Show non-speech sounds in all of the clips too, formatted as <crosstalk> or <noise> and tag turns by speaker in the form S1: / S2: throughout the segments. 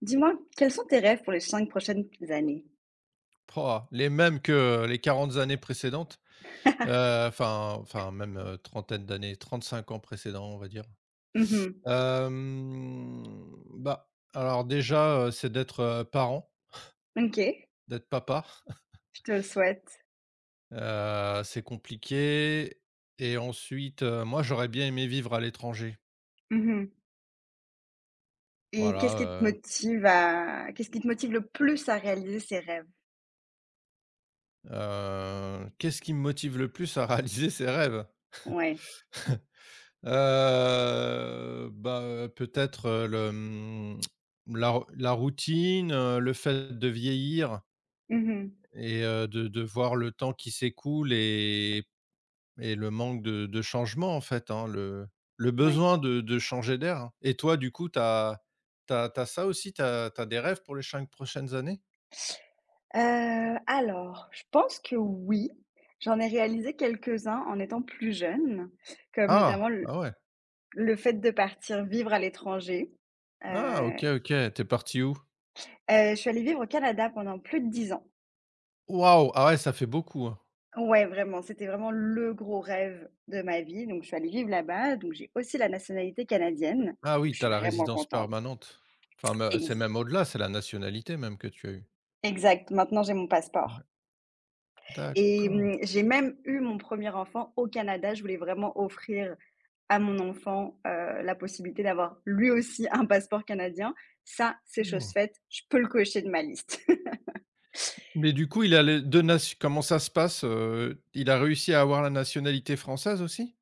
S1: Dis-moi, quels sont tes rêves pour les 5 prochaines années?
S2: Pouah, les mêmes que les 40 années précédentes,
S1: <laughs>
S2: enfin même, trentaine d'années, 35 ans précédents, on va dire.
S1: Mmh.
S2: Hem, Bah, alors déjà, c'est d'être, parent,
S1: OK,
S2: d'être papa. <laughs>
S1: je te le souhaite.
S2: C'est compliqué et ensuite, moi, j'aurais bien aimé vivre à l'étranger.
S1: Mmh et
S2: Voilà,
S1: qu'est-ce qui te motive le plus à réaliser ces rêves?
S2: qu'est-ce qui me motive le plus à <laughs> réaliser ses rêves?
S1: Ouais.
S2: Bah, peut-être, le, mmh, la la routine, le fait de vieillir
S1: Mmh.
S2: et de voir le temps qui s'écoule et le manque de changement, en fait, hein, le
S1: Ouais.
S2: besoin de changer d'air, hein. Et toi, du coup, tu as tu ça aussi? Tu as des rêves pour les 5 prochaines années?
S1: Alors, je pense que oui. J'en ai réalisé quelques-uns en étant plus jeune, comme
S2: Ah!
S1: notamment le
S2: Ah ouais.
S1: le fait de partir vivre à l'étranger.
S2: Ah,
S1: Heu
S2: OK, OK. T'es parti où?
S1: je suis allée vivre au Canada pendant plus de 10 ans.
S2: Waouh! Ah ouais, ça fait beaucoup, hein.
S1: Ouais, vraiment, c'était vraiment le gros rêve de ma vie. Donc, je suis allée vivre là-bas. Donc, j'ai aussi la nationalité canadienne.
S2: Ah
S1: Donc,
S2: oui,
S1: je
S2: tu
S1: suis
S2: as la
S1: vraiment
S2: résidence
S1: contente.
S2: permanente. Enfin, me c'est
S1: Ex-
S2: même au-delà, c'est la nationalité même que tu as eu?
S1: Exact. Maintenant, j'ai mon
S2: Mmh,
S1: passeport. Et
S2: d'accord.
S1: j'ai même eu mon premier enfant au Canada. Je voulais vraiment offrir à mon enfant la possibilité d'avoir lui aussi un passeport canadien. Ça, c'est chose
S2: Oh.
S1: faite. Je peux le cocher de ma liste. <laughs>
S2: Mais du coup, il a les 2 nation, comment ça se passe, il a réussi à avoir la nationalité française aussi?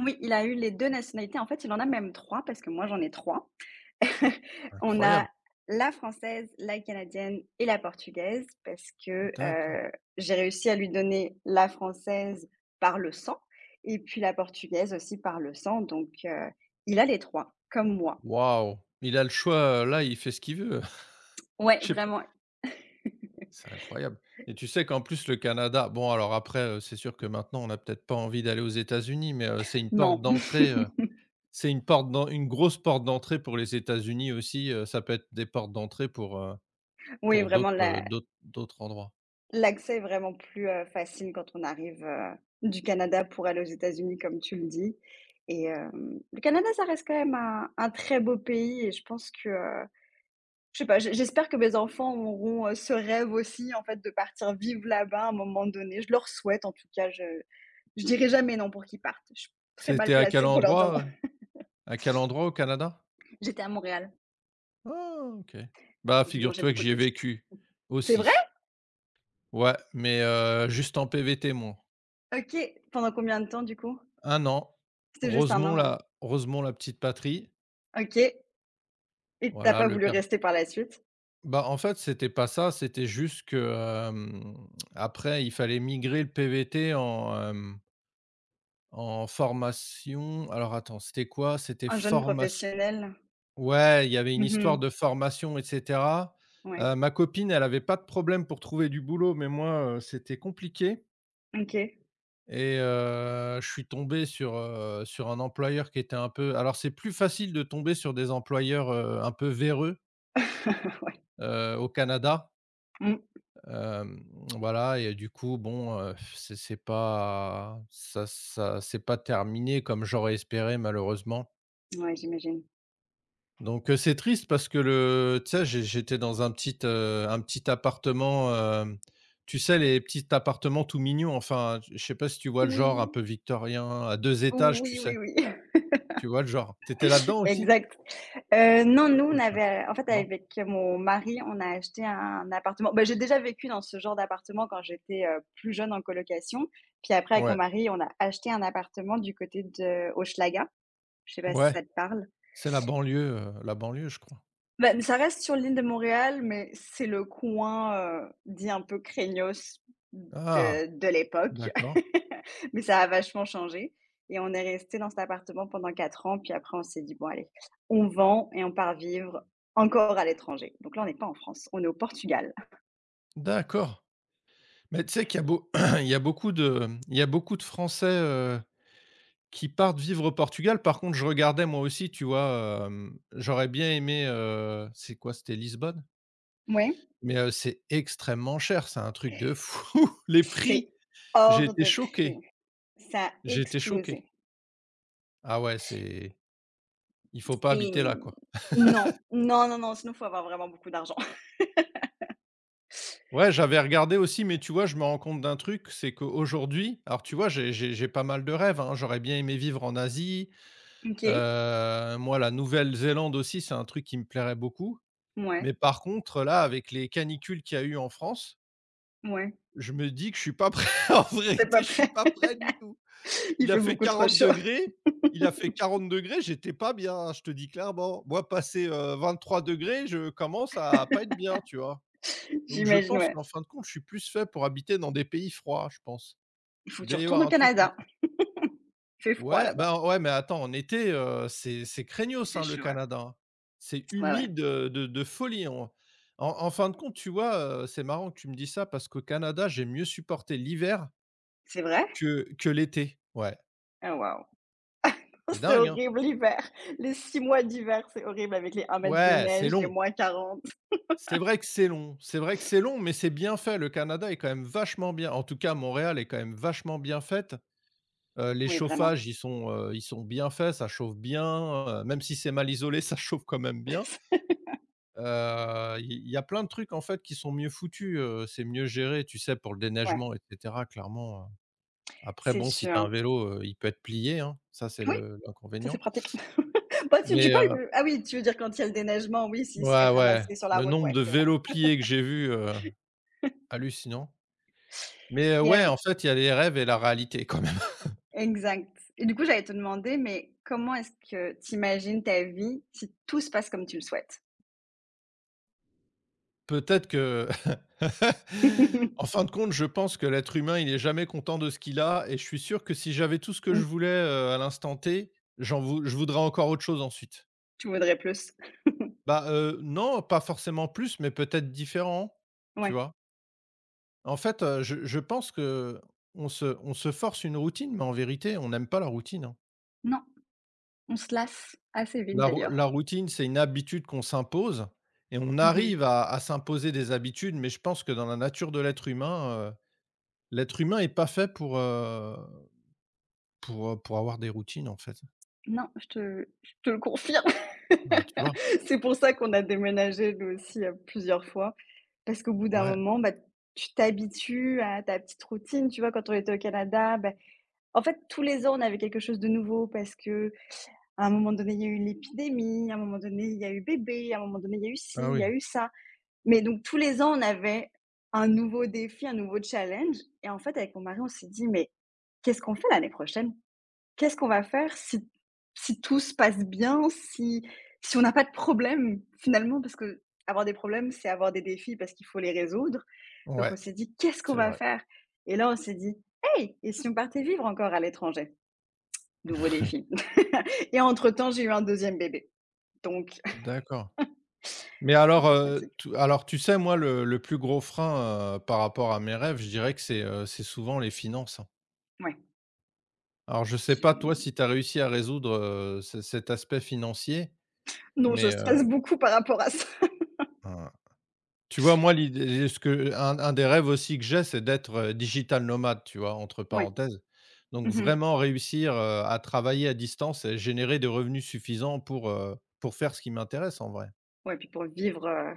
S1: Oui, il a eu les deux nationalités. En fait, il en a même trois parce que moi, j'en ai trois. <laughs> On
S2: Incroyable,
S1: a la française, la canadienne et la portugaise parce que,
S2: d'accord.
S1: j'ai réussi à lui donner la française par le sang et puis la portugaise aussi par le sang donc il a les 3 comme moi.
S2: Waouh! Il a le choix, là, il fait ce qu'il veut. <laughs>
S1: Ouais,
S2: Je sais pas,
S1: vraiment.
S2: c'est incroyable et tu sais qu'en plus le Canada, bon alors après, c'est sûr que maintenant on a peut-être pas envie d'aller aux États-Unis mais, c'est une porte
S1: Non. <laughs>
S2: d'entrée. C'est une porte d'en une grosse porte d'entrée pour les États-Unis aussi, ça peut être des portes d'entrée
S1: Oui,
S2: pour d'autres,
S1: vraiment
S2: heu,
S1: la
S2: d'autres d'autres endroits.
S1: l'accès est vraiment plus, facile quand on arrive, du Canada pour aller aux États-Unis comme tu le dis et le Canada ça reste quand même un très beau pays et je pense que, je sais pas, j'espère que mes enfants auront, ce rêve aussi, en fait, de partir vivre là-bas à un moment donné. Je leur souhaite en tout cas, je dirai jamais non pour qu'ils partent. Je suis très mal
S2: C'était à quel
S1: placée pour leur dire non.
S2: endroit, au Canada?
S1: <laughs> J'étais à Montréal,
S2: Ah OK. Bah,
S1: donc j'ai mangé
S2: figure-toi que
S1: beaucoup de
S2: j'y ai
S1: petits.
S2: vécu
S1: C'est vrai?
S2: aussi. Ouais, mais juste en PVT moi.
S1: OK. Pendant combien de temps du coup?
S2: Un an,
S1: C'était juste un an,
S2: Rosemont
S1: ouais.
S2: la Rosemont la Petite Patrie.
S1: OK, et t'as
S2: Voilà,
S1: pas
S2: le
S1: voulu
S2: car
S1: rester par la suite?
S2: bah, en fait, c'était pas ça, c'était juste que, hem, après il fallait migrer le PVT en formation. Alors attends, c'était quoi? C'était
S1: Un jeune
S2: formation.
S1: professionnel?
S2: Ouais, il y avait une histoire
S1: Mmh.
S2: de formation et cetera.
S1: Ouais.
S2: Ma copine, elle avait pas de problème pour trouver du boulot, mais moi, c'était compliqué
S1: OK.
S2: et je suis tombé sur un employeur qui était un peu alors c'est plus facile de tomber sur des employeurs, un peu véreux,
S1: <laughs> Ouais.
S2: au Canada.
S1: Mmh.
S2: Hem, voilà et du coup, bon, c'est pas ça, ça c'est pas terminé comme j'aurais espéré malheureusement.
S1: Ouais, j'imagine.
S2: Donc, c'est triste parce que le tu sais, j'étais dans un petit appartement, tu sais les petits appartements tout mignons, enfin, je sais pas si tu vois le genre un
S1: Oui.
S2: peu victorien à 2 étages, tu
S1: Oui, oui,
S2: sais?
S1: oui.
S2: Tu vois le genre? T'étais là-dedans
S1: <laughs>
S2: aussi?
S1: Exact. Non, nous, on
S2: Ou ça?
S1: avait en fait,
S2: Non?
S1: avec mon mari, on a acheté un appartement. Bah, j'ai déjà vécu dans ce genre d'appartement quand j'étais, plus jeune en colocation. Puis après, avec mon
S2: Ouais,
S1: mari, on a acheté un appartement du côté de Hochelaga. Je sais pas si
S2: ouais,
S1: ça te parle?
S2: c'est la banlieue je crois.
S1: Bah, mais ça reste sur l'île de Montréal, mais c'est le coin, dit un peu craignos
S2: Ah!
S1: de l'époque.
S2: D'accord,
S1: <laughs> Mais ça a vachement changé et on est resté dans cet appartement pendant 4 ans, puis après on s'est dit: «Bon allez, on vend et on part vivre encore à l'étranger». Donc là, on n'est pas en France, on est au Portugal.
S2: d'accord. Mais tu sais qu'il y a beau <clears throat> il y a beaucoup de Français, qui partent vivre au Portugal. Par contre, je regardais moi aussi, tu vois, j'aurais bien aimé, c'est quoi? C'était Lisbonne?
S1: Ouais,
S2: Mais, c'est extrêmement cher, c'est un truc de fou! <laughs> Les prix!
S1: c'est
S2: J'ai
S1: hors
S2: été
S1: de prix.
S2: choqué,
S1: Ça a
S2: j'ai été choqué.
S1: explosé
S2: Ah ouais, c'est il faut pas
S1: et
S2: habiter là, quoi.
S1: non, non, non, non, sinon il faut avoir vraiment beaucoup d'argent. <laughs>
S2: Ouais, j'avais regardé aussi, mais tu vois, je me rends compte d'un truc, c'est qu'aujourd'hui alors tu vois, j'ai pas mal de rêves, hein. J'aurais bien aimé vivre en Asie.
S1: OK,
S2: Moi, la Nouvelle-Zélande aussi, c'est un truc qui me plairait beaucoup.
S1: ouais,
S2: Mais par contre, là, avec les canicules qu'il y a eu en France,
S1: ouais,
S2: je me dis que je suis pas prêt. <laughs> En
S1: t'es pas
S2: vérité, je suis
S1: prêt.
S2: pas prêt du tout.
S1: <laughs> Il
S2: Il a
S1: fait
S2: fait
S1: beaucoup trop
S2: quarante
S1: chaud.
S2: degrés. Il a fait 40 degrés. J'étais pas bien, hein, je te dis clairement. Moi, passé, 23 degrés, je commence à pas être bien, tu vois?
S1: <laughs>
S2: Donc je
S1: J'imagine,
S2: pense
S1: ouais.
S2: qu'en fin de compte, je suis plus fait pour habiter dans des pays froids, je pense.
S1: Il faut que
S2: Il
S1: tu
S2: doit y
S1: retournes
S2: avoir
S1: au
S2: un truc.
S1: Canada. Il fait froid
S2: Ouais,
S1: là-bas.
S2: ben, ouais, mais attends, en été, c'est
S1: Il
S2: craignos,
S1: fait
S2: hein, le
S1: chaud, ouais.
S2: Canada, hein. C'est
S1: Ouais, ouais.
S2: humide, de folie, hein. En fin de compte, tu vois, c'est marrant que tu me dis ça parce qu'au Canada, j'ai mieux supporté l'hiver
S1: C'est vrai?
S2: que l'été. Ouais,
S1: Ah waouh! <laughs>
S2: c'est
S1: C'est
S2: dingue, hein?
S1: horrible l'hiver. Les 6 mois d'hiver, c'est horrible avec les 1 mètre de
S2: Ouais, c'est
S1: neige, les
S2: long.
S1: moins 40.
S2: C'est vrai que c'est long. C'est vrai que c'est long, mais c'est bien fait. Le Canada est quand même vachement bien. En tout cas, Montréal est quand même vachement bien faite. Les
S1: Oui, vraiment.
S2: chauffages, ils sont bien faits, ça chauffe bien, même si c'est mal isolé, <laughs> ça chauffe quand même bien.
S1: <laughs>
S2: Il y a plein de trucs en fait qui sont mieux foutus, c'est mieux géré, tu sais, pour le
S1: Ouais,
S2: déneigement et cetera clairement. Après
S1: c'est
S2: bon, si tu as un
S1: sûr.
S2: vélo, il peut être plié, hein, ça c'est
S1: Oui,
S2: le
S1: ça c'est
S2: l'inconvénient.
S1: pratique. <laughs> Bah, tu
S2: Mais,
S1: parles de ah oui, tu veux dire quand il y a le déneigement, oui, s'il se fait
S2: ouais, ouais,
S1: ramasser sur la
S2: le
S1: route,
S2: nombre
S1: ouais,
S2: de
S1: c'est
S2: vélos
S1: vrai.
S2: pliés que j'ai vu, hallucinant. Mais,
S1: Et
S2: ouais,
S1: hem
S2: en fait, il y a les rêves et la réalité quand même. <laughs>
S1: exact. Et du coup, j'allais te demander, mais comment est-ce que tu imagines ta vie si tout se passe comme tu le souhaites?
S2: Peut-être que <laughs> en fin
S1: <laughs>
S2: de compte, je pense que l'être humain, il est jamais content de ce qu'il a et je suis sûr que si j'avais tout ce que
S1: Mmh.
S2: je voulais, à l'instant T, j'en vou je voudrais encore autre chose ensuite.
S1: Tu voudrais plus?
S2: Bah, non, pas forcément plus, mais peut-être différent, tu
S1: Ouais.
S2: vois? En fait, je pense qu'on se force une routine, mais en vérité, on n'aime pas la routine, hein.
S1: Non, on se lasse assez vite
S2: La rou
S1: d'ailleurs.
S2: la routine, c'est une habitude qu'on s'impose et on arrive
S1: Mmh.
S2: à s'imposer des habitudes, mais je pense que dans la nature de l'être humain est pas fait pour, pour avoir des routines, en fait.
S1: Non, je te le confirme. <laughs>
S2: Bah, tu vois?
S1: C'est pour ça qu'on a déménagé nous aussi, plusieurs fois. Parce qu'au bout d'un
S2: Ouais.
S1: moment, bah, tu t'habitues à ta petite routine, tu vois? Quand on était au Canada, bah, en fait, tous les ans, on avait quelque chose de nouveau parce que à un moment donné, il y a eu l'épidémie, à un moment donné, il y a eu bébé, à un moment donné, il y a eu ci,
S2: Ah
S1: il y a
S2: oui.
S1: eu ça. Mais donc tous les ans, on avait un nouveau défi, un nouveau challenge et en fait, avec mon mari, on s'est dit: «Mais qu'est-ce qu'on fait l'année prochaine? Qu'est-ce qu'on va faire si tout se passe bien, si on n'a pas de problème?» finalement, parce que avoir des problèmes, c'est avoir des défis parce qu'il faut les résoudre. Donc
S2: Ouais,
S1: on s'est dit: «Qu'est-ce qu'on
S2: c'est
S1: va
S2: vrai.
S1: faire?» et là, on s'est dit: «Hey, et si on partait vivre encore à l'étranger?» nouveau défi. <laughs> Et entre-temps, j'ai eu un deuxième bébé, donc
S2: D'accord. Mais
S1: <laughs> fatigue.
S2: alors tu sais, moi, le plus gros frein, par rapport à mes rêves, je dirais que c'est souvent les finances, hein.
S1: Ouais.
S2: Alors je sais
S1: Je
S2: pas toi si tu as réussi à résoudre, ce cet aspect financier,
S1: non, je
S2: mais,
S1: stresse beaucoup par rapport à ça. <laughs>
S2: hein, tu vois, moi, l'idée ce que un des rêves aussi que j'ai, c'est d'être, digital nomade, tu vois? Entre
S1: Ouais.
S2: parenthèses. Donc
S1: Mmh.
S2: vraiment réussir, à travailler à distance et générer des revenus suffisants pour faire ce qui m'intéresse en vrai.
S1: Ouais, puis pour vivre,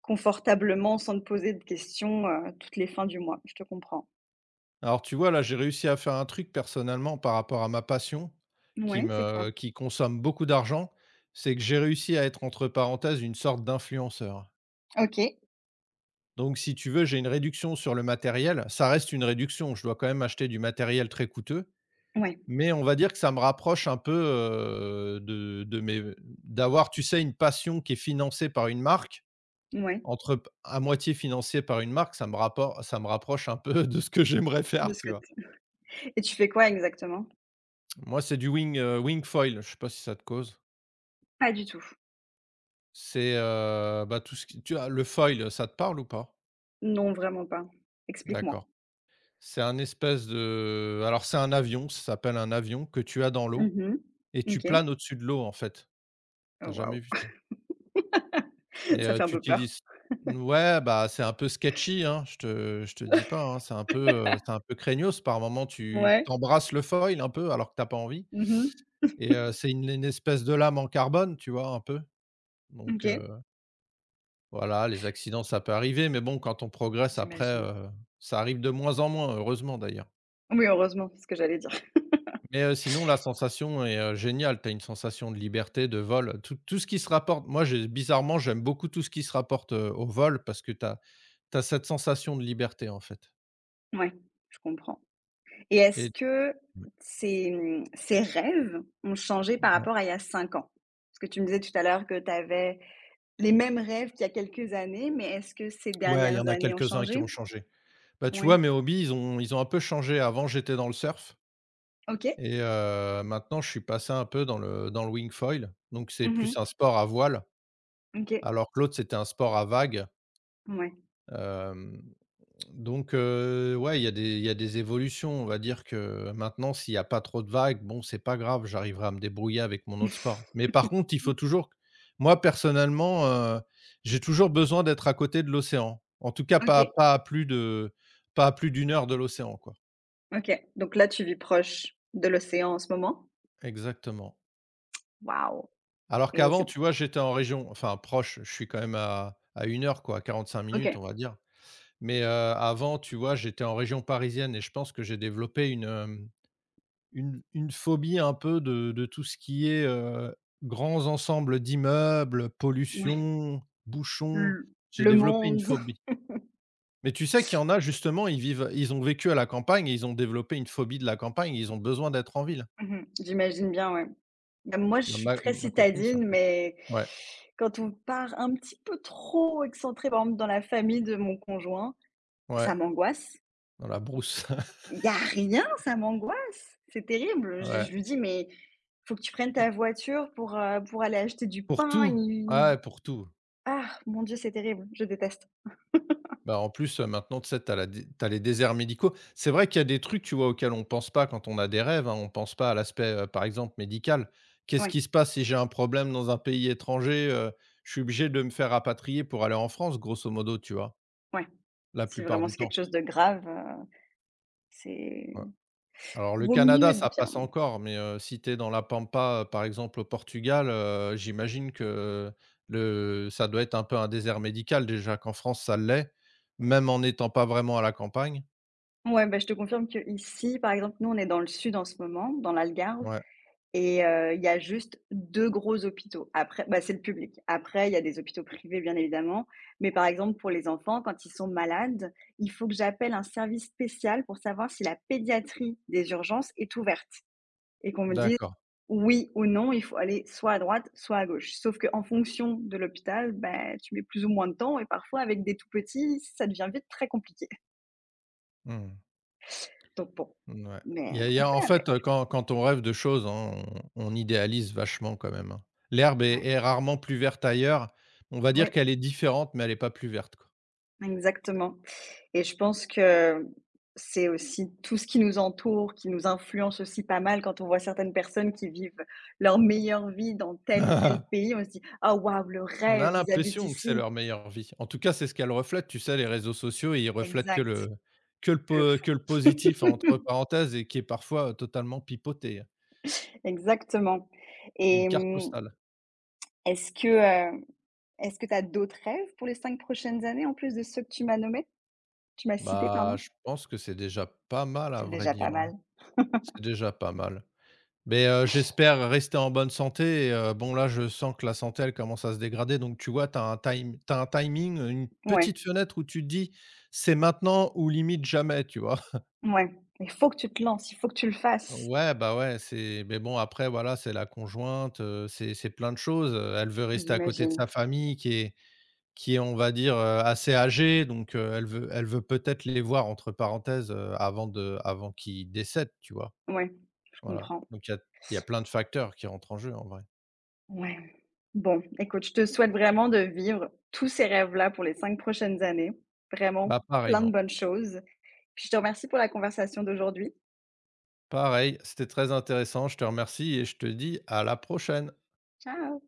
S1: confortablement sans te poser de questions, toutes les fins du mois, je te comprends.
S2: Alors tu vois, là, j'ai réussi à faire un truc personnellement par rapport à ma passion
S1: Ouais, c'est quoi?
S2: qui consomme beaucoup d'argent, c'est que j'ai réussi à être entre parenthèses une sorte d'influenceur.
S1: OK,
S2: Donc si tu veux, j'ai une réduction sur le matériel. Ça reste une réduction, je dois quand même acheter du matériel très coûteux,
S1: ouais,
S2: mais on va dire que ça me rapproche un peu, de mes d'avoir, tu sais, une passion qui est financée par une marque,
S1: ouais,
S2: entre à moitié financée par une marque, ça me rapproche un peu <laughs> de ce que j'aimerais
S1: de
S2: faire,
S1: ce
S2: tu vois?
S1: côté et tu fais quoi exactement?
S2: Moi, c'est du wing foil, je sais pas si ça te cause?
S1: Pas du tout.
S2: C'est, bah, tout ce qui tu as le foil, ça te parle ou pas?
S1: Non, vraiment pas. Explique-moi.
S2: D'accord. C'est un espèce de alors c'est un avion, ça s'appelle un avion que tu as dans l'eau
S1: Mmh.
S2: et tu
S1: OK.
S2: planes au-dessus de l'eau, en fait.
S1: Oh
S2: T'as jamais
S1: waouh,
S2: vu ça?
S1: <laughs>
S2: Et
S1: ça fait un
S2: tu
S1: peu peur.
S2: utilises ouais, bah, c'est un peu sketchy, hein, je te dis pas, hein, c'est un peu craignos par moment, tu
S1: Ouais.
S2: t'embrasses le foil un peu alors que t'as pas envie
S1: Mmh.
S2: et c'est une espèce de lame en carbone, tu vois, un peu, donc
S1: OK,
S2: voilà, les accidents, ça peut arriver, mais bon, quand on progresse après,
S1: j'imagine.
S2: ça arrive de moins en moins, heureusement d'ailleurs.
S1: Oui, heureusement, c'est ce que j'allais dire.
S2: Mais, sinon la sensation est, géniale. Tu as une sensation de liberté, de vol, tout ce qui se rapporte moi j'ai bizarrement, j'aime beaucoup tout ce qui se rapporte, au vol parce que tu as cette sensation de liberté en fait.
S1: <laughs> Ouais, je comprends et est-ce
S2: Et
S1: que ces rêves ont changé par
S2: ouais,
S1: rapport à il y a 5 ans? Parce que tu me disais tout à l'heure que tu avais les mêmes rêves qu'il y a quelques années, mais est-ce que ces
S2: ouais, il y
S1: dernières
S2: en a
S1: années ont
S2: quelques-uns qui
S1: changé?
S2: ont changé. Bah, tu
S1: Oui.
S2: vois mes hobbies, ils ont un peu changé. Avant, j'étais dans le surf
S1: OK.
S2: et maintenant je suis passé un peu dans le wing foil. Donc c'est plus
S1: Mmh.
S2: un sport à voile.
S1: OK.
S2: Alors que l'autre, c'était un sport à vagues.
S1: Ouais.
S2: Hem, donc ouais, il y a des évolutions. On va dire que maintenant, s'il y a pas trop de vagues, bon, c'est pas grave, j'arriverai à me débrouiller avec mon autre sport. Mais
S1: <laughs>
S2: par contre, il faut toujours moi, personnellement, j'ai toujours besoin d'être à côté de l'océan. En tout cas, pas
S1: OK,
S2: pas à plus de pas à plus d'une heure de l'océan, quoi.
S1: OK. Donc là, tu vis proche de l'océan en ce moment?
S2: Exactement.
S1: Waouh,
S2: Alors
S1: et
S2: qu'avant,
S1: c'est
S2: tu vois, j'étais en région, enfin proche, je suis quand même à une heure, quoi, 45 minutes,
S1: OK,
S2: on va dire. Mais, avant, tu vois, j'étais en région parisienne et je pense que j'ai développé une, hem, une phobie un peu de tout ce qui est, grands ensembles d'immeubles,
S1: ouais.
S2: pollution, bouchons.
S1: L
S2: J'ai
S1: le
S2: développé une
S1: monde.
S2: phobie.
S1: <laughs>
S2: Mais tu sais qu'il y en a justement, ils ont vécu à la campagne et ils ont développé une phobie de la campagne, ils ont besoin d'être en ville.
S1: Mmh J'imagine bien, ouais. Bah, moi, je
S2: Bah,
S1: suis
S2: ma
S1: très
S2: ma copine, c'est un
S1: citadine,
S2: peu le cas.
S1: mais
S2: Ouais,
S1: quand on part un petit peu trop excentré, par exemple dans la famille de mon conjoint,
S2: ouais,
S1: ça m'angoisse.
S2: dans la brousse. <laughs>
S1: Il y a rien, ça m'angoisse, c'est terrible. Je
S2: Ouais,
S1: lui dis: «Mais faut que tu prennes ta voiture pour aller acheter du
S2: pour
S1: pain».
S2: tout.
S1: il
S2: Ah ouais, pour tout.
S1: ah mon Dieu, c'est terrible, je déteste.
S2: Bah, en plus, maintenant, tu sais, tu as les déserts médicaux. C'est vrai qu'il y a des trucs, tu vois, auxquels on ne pense pas quand on a des rêves, hein. On ne pense pas à l'aspect, par exemple, médical. Qu'est-ce
S1: Ouais,
S2: qui se passe si j'ai un problème dans un pays étranger? Je suis obligé de me faire rapatrier pour aller en France, grosso modo, tu vois?
S1: ouais.
S2: La
S1: Si
S2: plupart
S1: vraiment
S2: du
S1: c'est
S2: temps.
S1: quelque chose de grave, c'est
S2: Ouais. Alors le
S1: vaut mieux
S2: Canada,
S1: être
S2: ça
S1: bien.
S2: passe encore, mais si tu es dans la pampa, par exemple au Portugal, j'imagine que le ça doit être un peu un désert médical déjà qu'en France ça l'est, même en n'étant pas vraiment à la campagne?
S1: Ouais, bah, je te confirme que ici, par exemple, nous, on est dans le sud en ce moment, dans l'Algarve.
S2: Ouais,
S1: Et il y a juste 2 gros hôpitaux. Après, bah, c'est le public. Après, il y a des hôpitaux privés, bien évidemment, mais par exemple, pour les enfants, quand ils sont malades, il faut que j'appelle un service spécial pour savoir si la pédiatrie des urgences est ouverte et qu'on me dise:
S2: d'accord.
S1: «Oui» ou «Non», il faut aller soit à droite, soit à gauche. Sauf qu'en fonction de l'hôpital, bah, tu mets plus ou moins de temps et parfois avec des tout petits, ça devient vite très compliqué.
S2: Mmh.
S1: Donc bon,
S2: Mouais. Il y
S1: mais
S2: a il y
S1: on
S2: a
S1: fait
S2: en
S1: avec.
S2: fait, quand on rêve de choses, hein, on idéalise vachement quand même, hein. L'herbe est
S1: Ouais,
S2: est rarement plus verte ailleurs. On va
S1: oui,
S2: dire qu'elle est différente, mais elle n'est pas plus verte, quoi.
S1: exactement. Et je pense que c'est aussi tout ce qui nous entoure, qui nous influence aussi pas mal quand on voit certaines personnes qui vivent leur meilleure vie dans tel ou tel
S2: <laughs>
S1: pays, on se dit: «Ah waouh, le
S2: On a
S1: rêve, ils habitent
S2: l'impression que c'est
S1: ici».
S2: leur meilleure vie. En tout cas, c'est ce qu'elle reflète. Tu sais, les réseaux sociaux, ils reflètent
S1: Exact, le
S2: que
S1: fou.
S2: le positif entre parenthèses et qui est parfois, totalement pipoté, hein.
S1: Exactement
S2: Une
S1: et
S2: carte postale.
S1: est-ce que, heu, est-ce que tu as d'autres rêves pour les 5 prochaines années en plus de ceux que tu m'as nommés? Tu m'as cité,
S2: Bah,
S1: pardon?
S2: je pense que c'est déjà pas mal à
S1: C'est
S2: vrai
S1: déjà pas
S2: dire, hein.
S1: mal.
S2: C'est déjà pas mal. Mais, j'espère rester en bonne santé et bon là, je sens que la santé, elle commence à se dégrader donc tu vois, tu as un time t'as un timing, une
S1: Ouais,
S2: petite fenêtre où tu te dis: «C'est maintenant ou limite jamais», tu vois? <laughs>
S1: ouais. Il faut que tu te lances, il faut que tu le fasses,
S2: Ouais, bah, ouais, c'est mais bon après voilà, c'est la conjointe, c'est plein de choses, elle veut rester à côté de
S1: j'imagine.
S2: sa famille qui est on va dire, assez âgée donc elle veut peut-être les voir entre parenthèses, avant qu'ils décèdent, tu vois?
S1: Ouais, je
S2: Voilà,
S1: comprends.
S2: donc il y a plein de facteurs qui rentrent en jeu en vrai.
S1: Ouais. Bon, écoute, je te souhaite vraiment de vivre tous ces rêves-là pour les 5 prochaines années. Vraiment
S2: Bah,
S1: plein de
S2: pareillement.
S1: bonnes choses. Puis je te remercie pour la conversation d'aujourd'hui.
S2: Pareil, c'était très intéressant, je te remercie et je te dis à la prochaine.
S1: Ciao.